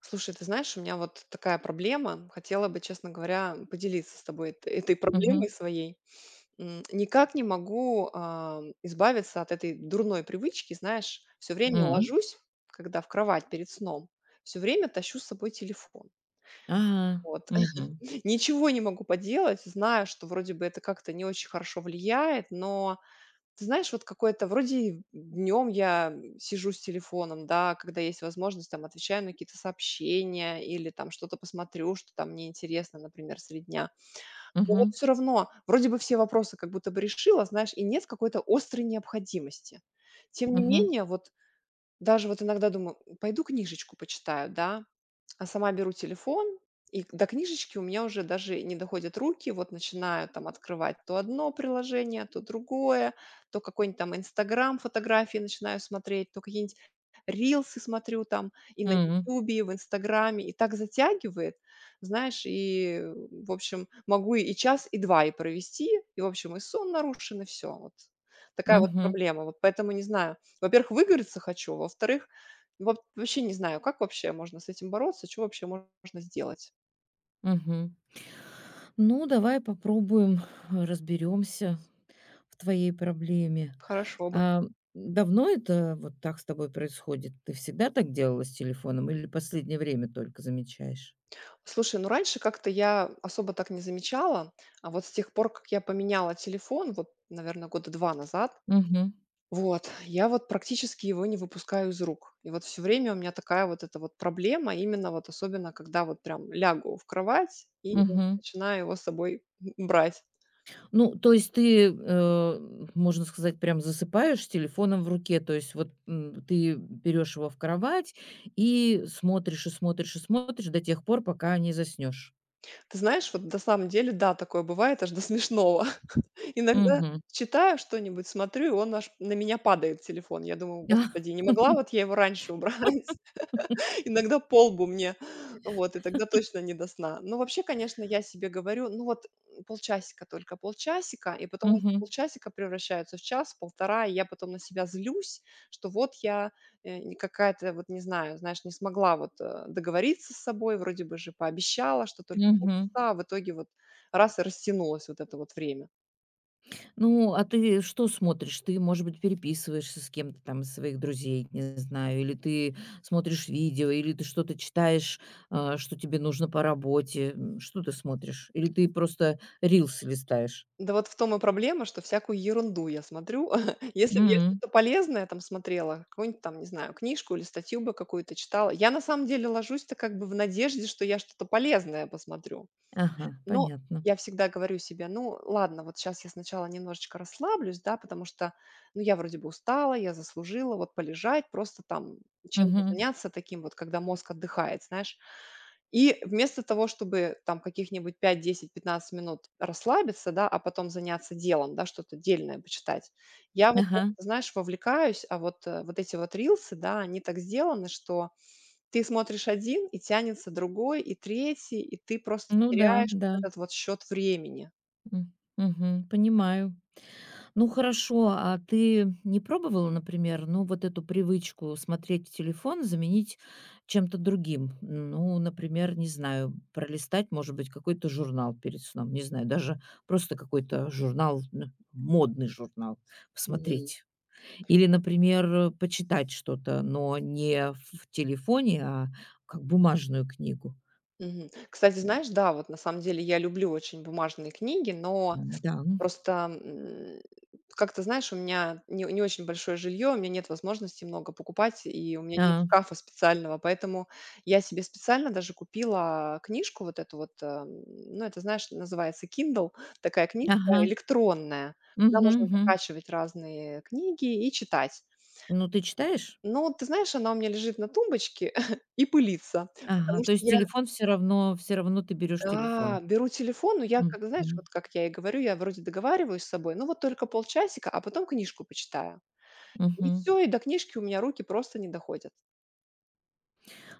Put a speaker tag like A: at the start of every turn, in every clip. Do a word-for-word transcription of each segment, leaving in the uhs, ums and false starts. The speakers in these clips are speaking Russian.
A: Слушай, ты знаешь, у меня вот такая проблема. Хотела бы, честно говоря, поделиться с тобой эт- этой
B: Мгм.
A: проблемой своей. М, Никак не могу а, избавиться от этой дурной привычки, знаешь, все время Мгм.
B: М.
A: Ложусь, когда в кровать перед сном, все время тащу с собой телефон.
B: А.
A: Вот.
B: Мгм.
A: Ничего не могу поделать, знаю, что вроде бы это как-то не очень хорошо влияет, но ты знаешь, вот какое-то вроде днем я сижу с телефоном, да, когда есть возможность, там отвечаю на какие-то сообщения или там что-то посмотрю, что там мне интересно, например, среди дня. Но вот
B: Мгм.
A: все равно вроде бы все вопросы как будто бы решила, знаешь, и нет какой-то острой необходимости. Тем не
B: Мгм.
A: менее, вот даже вот иногда думаю: "Пойду книжечку почитаю", да, а сама беру телефон, и к до книжечки у меня уже даже не доходят руки. Вот начинаю там открывать то одно приложение, то другое, то какой-нибудь там "Инстаграм", фотографии начинаю смотреть, то какие-нибудь рилсы смотрю там и на
B: М.
A: "Ютубе", и в "Инстаграме". И так затягивает, знаешь, и э, в общем, могу и час, и два и провести, и, в общем, и сон нарушен, и все, вот. Такая вот
B: Мгм.
A: проблема. Вот поэтому не знаю, во-первых, выговориться хочу, во-вторых, вот вообще не знаю, как вообще можно с этим бороться, что вообще можно сделать.
B: Мгм. Ну, давай попробуем, разберемся в твоей проблеме.
A: Хорошо бы.
B: А, давно это вот так с тобой происходит? Ты всегда так делала с телефоном или последнее время только замечаешь?
A: Слушай, ну раньше как-то я особо так не замечала, а вот с тех пор, как я поменяла телефон, вот, наверное, года два назад,
B: Мгм.
A: вот, я вот практически его не выпускаю из рук. И вот все время у меня такая вот эта вот проблема, именно вот особенно, когда вот прям лягу в кровать и
B: Мгм.
A: начинаю его с собой брать.
B: Ну, то есть ты, э, можно сказать, прям засыпаешь с телефоном в руке. То есть вот, м, ты берешь его в кровать и смотришь, и смотришь, и смотришь до тех пор, пока не заснешь.
A: Ты знаешь, вот на самом деле, да, такое бывает аж до смешного. Иногда
B: Мгм.
A: читаю что-нибудь, смотрю, и он аж на меня падает телефон. Я думаю: "Господи, не могла вот я его раньше убрать". Иногда полбу мне. Вот, и тогда точно не до сна. Но вообще, конечно, я себе говорю: "Ну вот, м, полчасика только, полчасика". И потом эти
B: Мгм.
A: полчасика превращаются в час, полтора. И я потом на себя злюсь, что вот я, э, не какая-то вот, не знаю, знаешь, не смогла вот, э, договориться с собой. Вроде бы же пообещала, что только
B: Мгм.
A: полчаса, а в итоге вот раз и растянулось вот это вот время.
B: Ну, а ты что смотришь? Ты, может быть, переписываешься с кем-то там из своих друзей, не знаю, или ты смотришь видео, или ты что-то читаешь, а, что тебе нужно по работе. М, Что ты смотришь? Или ты просто рилсы листаешь?
A: Да вот в том и проблема, что всякую ерунду я смотрю. Если б я что-то полезное там смотрела, какую-нибудь там, не знаю, книжку или статью бы какую-то читала. Я на самом деле ложусь-то как бы в надежде, что я что-то полезное посмотрю.
B: Ага,
A: Но
B: понятно.
A: я всегда говорю себе: "Ну, ладно, вот сейчас я сначала немножечко расслаблюсь, да, потому что, ну, я вроде бы устала, я заслужила вот полежать, просто там чем-то
B: Мгм.
A: заняться таким вот, когда мозг отдыхает, знаешь". И вместо того, чтобы там каких-нибудь пять, десять, пятнадцать минут расслабиться, да, а потом заняться делом, да, что-то дельное почитать, я вот, просто,
B: Ага.
A: знаешь, вовлекаюсь. А вот, э, вот эти вот рилсы, да, они так сделаны, что ты смотришь один и тянется другой, и третий, и ты просто
B: Ну да,
A: теряешь
B: да.
A: вот этот вот счет времени.
B: М. Мгм. Понимаю. Ну хорошо, а ты не пробовала, например, ну вот эту привычку смотреть в телефон заменить чем-то другим? Ну, например, не знаю, пролистать, может быть, какой-то журнал перед сном, не знаю, даже просто какой-то журнал, н- модный журнал
A: Мгм,
B: посмотреть. Или, например, э, почитать что-то, но не в телефоне, а как бумажную книгу.
A: мгм. Кстати, знаешь, да, вот на самом деле я люблю очень бумажные книги, но
B: М, да.
A: просто, м, как-то, знаешь, у меня не не очень большое жилье, у меня нет возможности много покупать, и у меня нет
B: А,
A: шкафа специального, поэтому я себе специально даже купила книжку вот эту вот, эм, ну, это, знаешь, называется Kindle, такая книжка
B: ага.
A: электронная, куда
B: Мгм,
A: можно
B: мгм.
A: закачивать разные книги и читать.
B: Ну, ты читаешь?
A: Но, ты знаешь, она у меня лежит на тумбочке и пылится,
B: Ага,
A: потому
B: то
A: что
B: есть
A: я,
B: телефон все равно все равно ты берешь
A: да,
B: телефон.
A: беру телефон, но я, как знаешь,
B: Мгм,
A: вот как я и говорю, я вроде договариваюсь с собой, ну вот только полчасика, а потом книжку почитаю. И
B: мгм.
A: все, и до книжки у меня руки просто не доходят.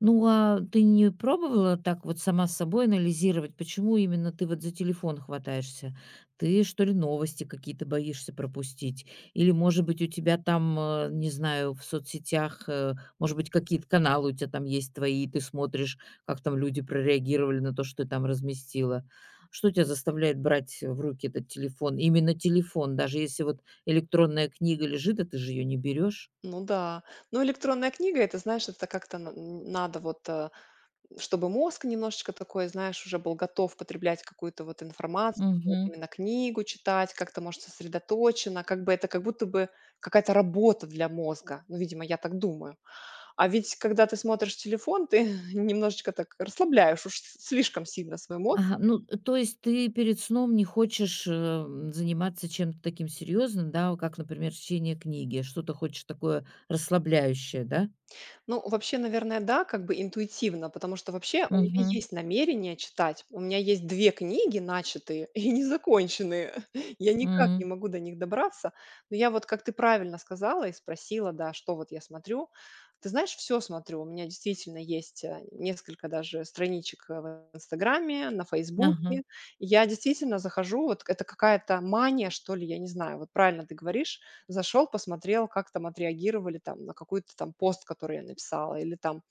B: Ну, а ты не пробовала так вот сама с собой анализировать, почему именно ты вот за телефон хватаешься? Ты, что ли, новости какие-то боишься пропустить? Или, может быть, у тебя там, э, не знаю, в соцсетях, э, может быть, какие-то каналы у тебя там есть твои, и ты смотришь, как там люди прореагировали на то, что ты там разместила? Что тебя заставляет брать в руки этот телефон? Именно телефон, даже если вот электронная книга лежит, а ты же ее не берешь.
A: Ну да. Но электронная книга - это, знаешь, это как-то на н- надо вот, э, чтобы мозг немножечко такой, знаешь, уже был готов потреблять какую-то вот информацию, вот именно книгу читать, как-то, может, сосредоточенно, как бы это как будто бы какая-то работа для мозга. Ну, видимо, я так думаю. А ведь когда ты смотришь телефон, ты немножечко так расслабляешь уж слишком сильно свой мозг.
B: Ага, ну, э, то есть ты перед сном не хочешь, эм, заниматься чем-то таким серьезным, да, как, например, чтение книги, что-то хочешь такое расслабляющее, да?
A: Ну, вообще, наверное, да, как бы интуитивно, потому что вообще у меня
B: Мгм.
A: есть намерение читать. У меня есть две книги начатые и незаконченные. Я никак не
B: М.
A: могу до них добраться. Но я вот, как ты правильно сказала и спросила, да, что вот я смотрю. Ты знаешь, все смотрю. У меня действительно есть, э, несколько даже страничек, э, в "Инстаграме", на
B: Ага,
A: "Фейсбуке". Я действительно захожу, вот это какая-то мания, что ли, я не знаю. Вот правильно ты говоришь, зашел, посмотрел, как там отреагировали там на какой-то там пост, который я написала, или там,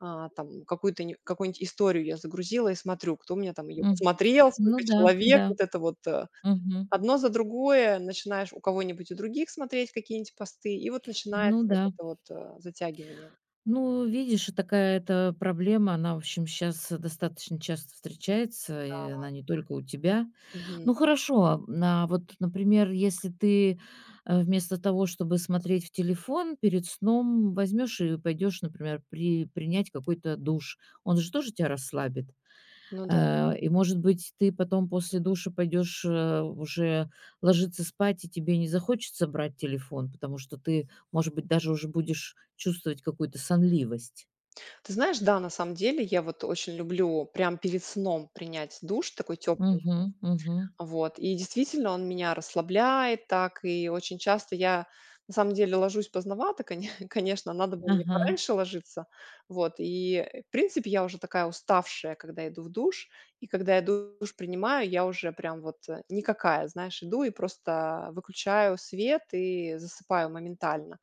A: а, там какую-то не какую-нибудь историю я загрузила и смотрю, кто у меня там ее
B: м.
A: посмотрел,
B: Ну
A: сколько
B: да,
A: человек.
B: да.
A: Вот это вот, э,
B: Мгм.
A: одно за другое начинаешь у кого-нибудь у других смотреть какие-нибудь посты, и вот
B: Ну
A: начинается вот
B: да.
A: это вот, э, затягивание.
B: Ну, видишь, и такая эта проблема, она, в общем, сейчас достаточно часто встречается, и она не только у тебя.
A: Мгм.
B: Ну хорошо, а вот, например, если ты, э, вместо того, чтобы смотреть в телефон перед сном, возьмешь и пойдешь, например, при принять какой-то душ, он же тоже тебя расслабит.
A: Ну да.
B: Э, и, может быть, ты потом после душа пойдешь, э, уже ложиться спать, и тебе не захочется брать телефон, потому что ты, может быть, даже уже будешь чувствовать какую-то сонливость.
A: Ты знаешь, да, на самом деле я вот очень люблю прям перед сном принять душ такой теплый.
B: Угу, угу,
A: Вот. И действительно, он меня расслабляет так, и очень часто я на самом деле ложусь поздновато, коне конечно, надо было мне
B: ага.
A: пораньше ложиться. Вот. И, э, в принципе, я уже такая уставшая, когда иду в душ. И когда я душ принимаю, я уже прям вот, э, никакая, знаешь, иду и просто выключаю свет и засыпаю моментально.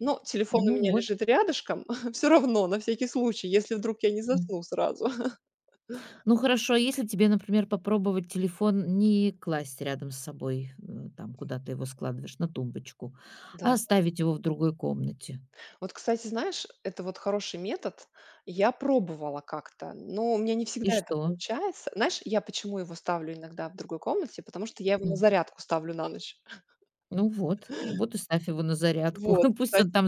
A: Но телефон у
B: Ну
A: меня
B: вот.
A: лежит рядышком, все равно, на всякий случай, если вдруг я не засну сразу.
B: Ну хорошо, а если тебе, например, попробовать телефон не класть рядом с собой, э, там, куда ты его складываешь, на тумбочку, а
A: Да.
B: оставить его в другой комнате.
A: Вот, кстати, знаешь, это вот хороший метод. Я пробовала как-то, но у меня не
B: И
A: всегда это
B: что?
A: получается. Знаешь, я почему его ставлю иногда в другой комнате? Потому что я его на
B: М.
A: зарядку ставлю на ночь.
B: Ну вот, вот и ставь его на зарядку.
A: Вот,
B: Пусть
A: кстати.
B: он там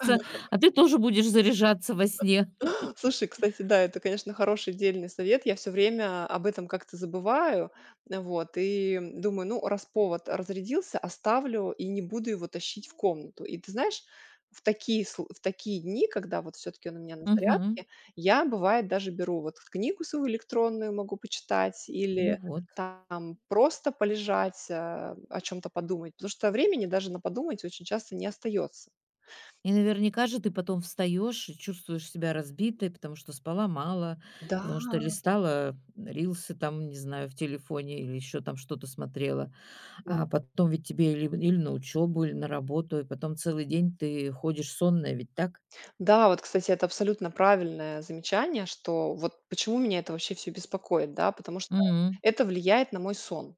B: а ты тоже будешь заряжаться во сне.
A: Слушай, кстати, да, это, конечно, хороший дельный совет. Я все время об этом как-то забываю. Э, вот, и думаю: "Ну, раз повод разрядился, оставлю и не буду его тащить в комнату". И ты знаешь, в такие сл в такие дни, когда вот все таки он у меня на зарядке,
B: Мгм.
A: я, бывает, даже беру вот книгу свою электронную, могу почитать
B: Ну
A: или
B: вот.
A: там просто полежать, а, о чем то подумать, потому что времени даже на подумать очень часто не остается.
B: И наверняка же ты потом встаешь и чувствуешь себя разбитой, потому что спала мало, потому что листала э, рилсы там, не знаю, в телефоне или еще там что-то смотрела.
A: Да.
B: А потом ведь тебе или или на учебу, или на работу, и потом целый день ты ходишь сонная, ведь так?
A: Да, вот, кстати, это абсолютно правильное замечание, что вот почему меня это вообще все беспокоит, да, потому что
B: М.
A: это влияет на мой сон.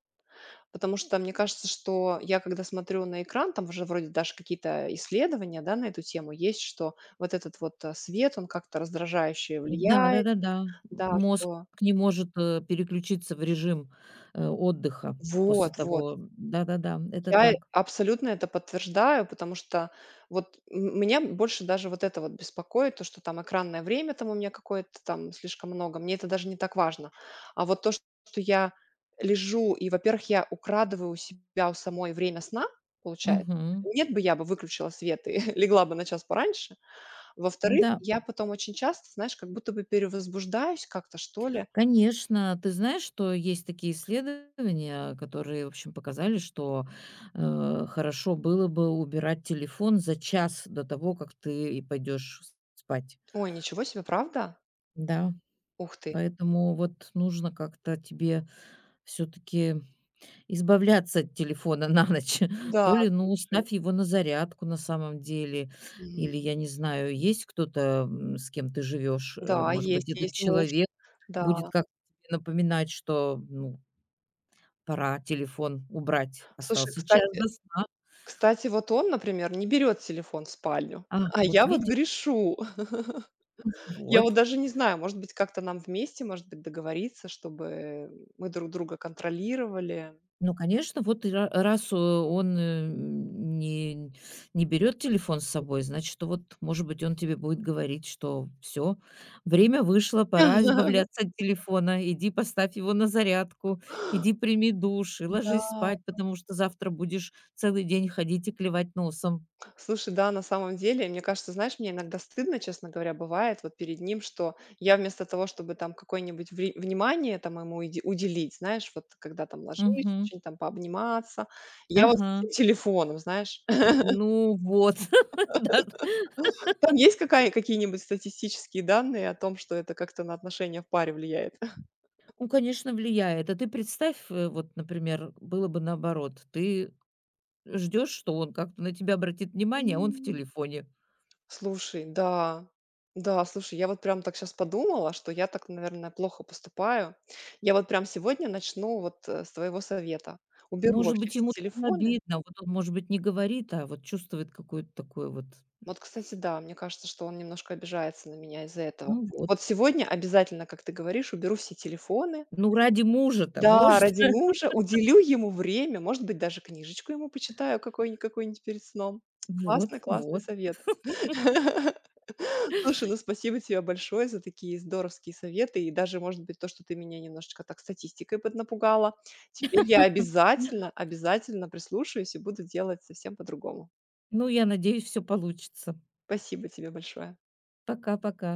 A: Потому что мне кажется, что я когда смотрю на экран, там уже вроде даже какие-то исследования, да, на эту тему есть, что вот этот вот, э, свет, он как-то раздражающе
B: Да,
A: влияет,
B: да-да-да.
A: да,
B: Мозг
A: что
B: не может, э, переключиться в режим, э, отдыха после
A: вот, вот.
B: того, да-да-да, это
A: Я э
B: так.
A: абсолютно это подтверждаю, потому что вот м меня больше даже вот это вот беспокоит, то, что там экранное время там у меня какое-то там слишком много, мне это даже не так важно. А вот то, что я лежу и, во-первых, я украдываю у себя у самой время сна, получается.
B: Мгм.
A: Нет бы, я бы выключила свет и легла бы на час пораньше. Во-вторых,
B: Да,
A: я потом очень часто, знаешь, как будто бы перевозбуждаюсь как-то, что ли.
B: конечно. Ты знаешь, что есть такие исследования, которые, в общем, показали, что, э, хорошо было бы убирать телефон за час до того, как ты и пойдешь спать.
A: Ой, ничего себе, правда?
B: Да.
A: Ух ты.
B: Поэтому вот нужно как-то тебе все таки избавляться от телефона на ночь.
A: Да,
B: То ли, ну,
A: слушай.
B: ставь его на зарядку на самом деле, или, я не знаю, есть кто-то, м, с кем ты живешь, э,
A: Да,
B: может быть,
A: есть,
B: этот
A: есть муж.
B: человек
A: Да.
B: будет как-то тебе напоминать, что, ну, пора телефон убрать,
A: Слушай,
B: остался час
A: кстати
B: до сна.
A: кстати, вот он, например, не берет телефон в спальню,
B: А,
A: а
B: вот
A: я вот
B: видишь,
A: грешу. Я
B: вот.
A: вот даже не знаю, может быть, как-то нам вместе, может быть, договориться, чтобы мы друг друга контролировали.
B: Ну, конечно, вот и ра раз, э, он, э, не не берет телефон с собой, значит, вот, может быть, он тебе будет говорить, что все время вышло, пора избавляться от телефона, иди поставь его на зарядку, иди прими душ и
A: Да.
B: ложись спать, потому что завтра будешь целый день ходить и клевать носом.
A: Слушай, да, на самом деле, мне кажется, знаешь, мне иногда стыдно, честно говоря, бывает вот перед ним, что я вместо того, чтобы там какое-нибудь вре- внимание там ему иди- уделить, знаешь, вот когда там ложишься,
B: Мгм.
A: что-нибудь там пообниматься, я вот с
B: Ага.
A: этим телефоном, знаешь,
B: Ну вот, да.
A: там есть какая, какие-нибудь статистические данные о том, что это как-то на отношения в паре влияет?
B: Ну, конечно, влияет. А ты представь, э, вот, например, было бы наоборот. Ты ждешь, что он как-то на тебя обратит внимание, а он в телефоне.
A: Слушай, да. Да, слушай, я вот прям так сейчас подумала, что я так, наверное, плохо поступаю. Я вот прям сегодня начну вот, э, с твоего совета. Уберу
B: Может
A: вообще
B: быть,
A: все
B: ему там
A: телефоны.
B: обидно, вот он, может быть, не говорит, а вот чувствует какое-то такое вот,
A: Вот, кстати, да, мне кажется, что он немножко обижается на меня из-за этого.
B: ну вот,
A: Вот сегодня обязательно, как ты говоришь, уберу все телефоны.
B: ну ради мужа-то
A: Да,
B: может.
A: ради мужа уделю ему время, может быть, даже книжечку ему почитаю какой-ни какую-нибудь перед сном. Классный,
B: Вот,
A: классный
B: вот.
A: совет. Слушай, ну спасибо тебе большое за такие здоровские советы и даже, может быть, то, что ты меня немножечко так статистикой поднапугала. Теперь я обязательно, обязательно прислушаюсь и буду делать совсем по-другому.
B: Ну, я надеюсь, все получится.
A: Спасибо тебе большое.
B: Пока-пока.